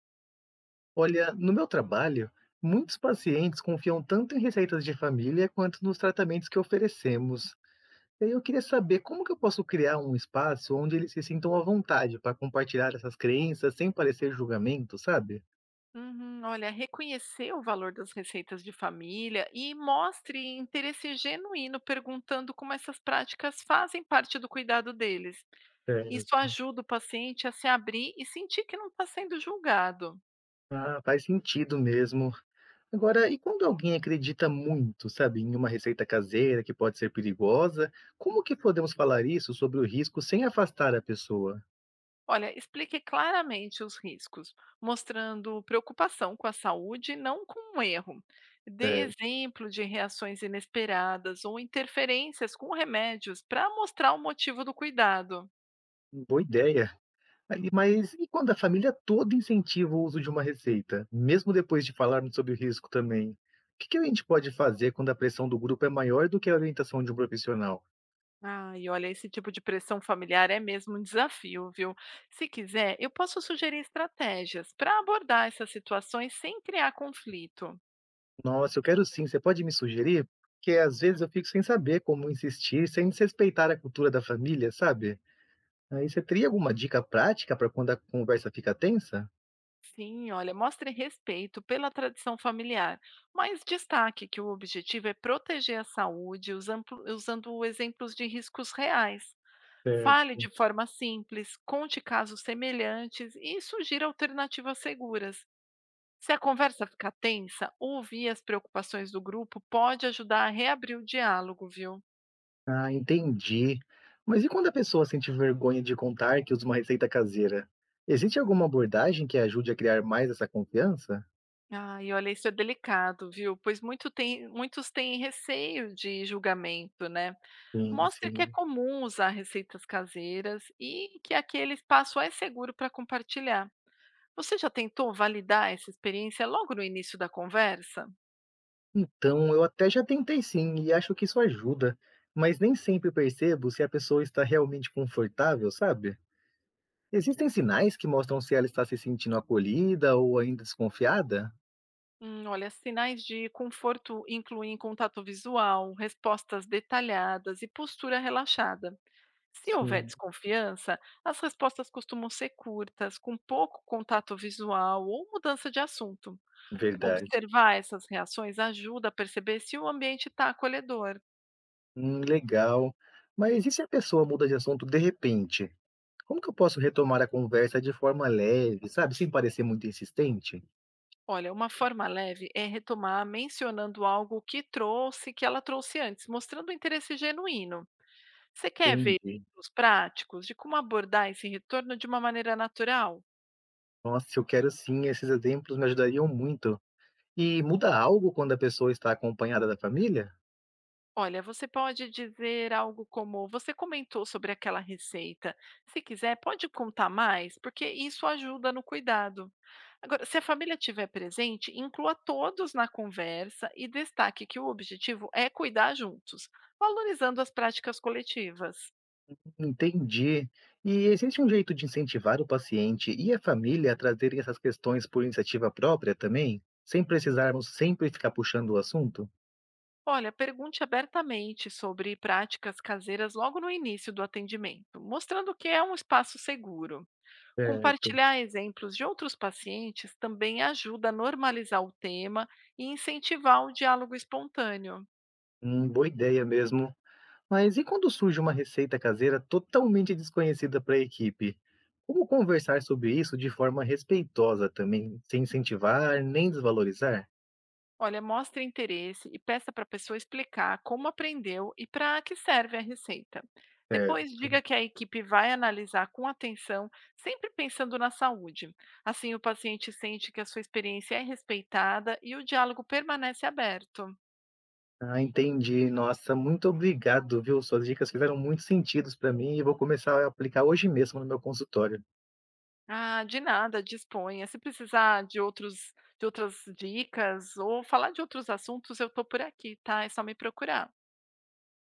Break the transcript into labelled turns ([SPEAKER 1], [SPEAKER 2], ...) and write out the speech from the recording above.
[SPEAKER 1] Olha, no meu trabalho, muitos pacientes confiam tanto em receitas de família quanto nos tratamentos que oferecemos. E aí eu queria saber como que eu posso criar um espaço onde eles se sintam à vontade para compartilhar essas crenças sem parecer julgamento, sabe?
[SPEAKER 2] Uhum. Olha, reconhecer o valor das receitas de família e mostre interesse genuíno perguntando como essas práticas fazem parte do cuidado deles. Isso
[SPEAKER 1] Certo.
[SPEAKER 2] ajuda o paciente a se abrir e sentir que não está sendo julgado.
[SPEAKER 1] Ah, faz sentido mesmo. Agora, e quando alguém acredita muito, sabe, em uma receita caseira que pode ser perigosa, como que podemos falar isso sobre o risco sem afastar a pessoa?
[SPEAKER 2] Olha, explique claramente os riscos, mostrando preocupação com a saúde, não com um erro. Dê
[SPEAKER 1] Certo.
[SPEAKER 2] exemplo de reações inesperadas ou interferências com remédios para mostrar o motivo do cuidado.
[SPEAKER 1] Boa ideia. Aí, mas e quando a família toda incentiva o uso de uma receita, mesmo depois de falarmos sobre o risco também? O que que a gente pode fazer quando a pressão do grupo é maior do que a orientação de um profissional?
[SPEAKER 2] Ah, e olha, esse tipo de pressão familiar é mesmo um desafio, viu? Se quiser, eu posso sugerir estratégias para abordar essas situações sem criar conflito.
[SPEAKER 1] Nossa, eu quero sim, você pode me sugerir? Porque às vezes eu fico sem saber como insistir, sem desrespeitar a cultura da família, sabe? Aí você teria alguma dica prática para quando a conversa fica tensa?
[SPEAKER 2] Sim, olha, mostre respeito pela tradição familiar, mas destaque que o objetivo é proteger a saúde usando exemplos de riscos reais. Fale de forma simples, conte casos semelhantes e sugira alternativas seguras. Se a conversa ficar tensa, ouvir as preocupações do grupo pode ajudar a reabrir o diálogo, viu?
[SPEAKER 1] Ah, entendi. Mas e quando a pessoa sente vergonha de contar que usa uma receita caseira? Existe alguma abordagem que ajude a criar mais essa confiança?
[SPEAKER 2] Ah, e olha, isso é delicado, viu? Pois muitos têm receio de julgamento, né?
[SPEAKER 1] Sim,
[SPEAKER 2] Mostre que é
[SPEAKER 1] sim.
[SPEAKER 2] comum usar receitas caseiras e que aquele espaço é seguro para compartilhar. Você já tentou validar essa experiência logo no início da conversa?
[SPEAKER 1] Então, eu até já tentei sim, e acho que isso ajuda. Mas nem sempre percebo se a pessoa está realmente confortável, sabe? Existem sinais que mostram se ela está se sentindo acolhida ou ainda desconfiada?
[SPEAKER 2] Olha, sinais de conforto incluem contato visual, respostas detalhadas e postura relaxada. Se houver
[SPEAKER 1] Sim,
[SPEAKER 2] desconfiança, as respostas costumam ser curtas, com pouco contato visual ou mudança de assunto.
[SPEAKER 1] verdade.
[SPEAKER 2] Observar essas reações ajuda a perceber se o ambiente está acolhedor.
[SPEAKER 1] Legal. Mas e se a pessoa muda de assunto de repente? Como que eu posso retomar a conversa de forma leve, sabe, sem parecer muito insistente?
[SPEAKER 2] Olha, uma forma leve é retomar mencionando algo que trouxe, que ela trouxe antes, mostrando um interesse genuíno. Você quer ver
[SPEAKER 1] Entendi.
[SPEAKER 2] os práticos de como abordar esse retorno de uma maneira natural?
[SPEAKER 1] Nossa, eu quero sim, esses exemplos me ajudariam muito. E muda algo quando a pessoa está acompanhada da família?
[SPEAKER 2] Olha, você pode dizer algo como: você comentou sobre aquela receita. Se quiser, pode contar mais, porque isso ajuda no cuidado. Agora, se a família estiver presente, inclua todos na conversa e destaque que o objetivo é cuidar juntos, valorizando as práticas coletivas.
[SPEAKER 1] Entendi. E existe um jeito de incentivar o paciente e a família a trazerem essas questões por iniciativa própria também, sem precisarmos sempre ficar puxando o assunto?
[SPEAKER 2] Olha, pergunte abertamente sobre práticas caseiras logo no início do atendimento, mostrando que é um espaço seguro.
[SPEAKER 1] Certo.
[SPEAKER 2] Compartilhar exemplos de outros pacientes também ajuda a normalizar o tema e incentivar o diálogo espontâneo.
[SPEAKER 1] Boa ideia mesmo. Mas e quando surge uma receita caseira totalmente desconhecida para a equipe? Como conversar sobre isso de forma respeitosa também, sem incentivar nem desvalorizar?
[SPEAKER 2] Olha, mostre interesse e peça para a pessoa explicar como aprendeu e para que serve a receita. Depois,
[SPEAKER 1] Certo.
[SPEAKER 2] diga que a equipe vai analisar com atenção, sempre pensando na saúde. Assim, o paciente sente que a sua experiência é respeitada e o diálogo permanece aberto.
[SPEAKER 1] Ah, entendi. Nossa, muito obrigado, viu? Suas dicas fizeram muito sentido para mim e vou começar a aplicar hoje mesmo no meu consultório.
[SPEAKER 2] Ah, de nada, disponha. Se precisar de outras dicas ou falar de outros assuntos, eu tô por aqui, tá? É só me procurar.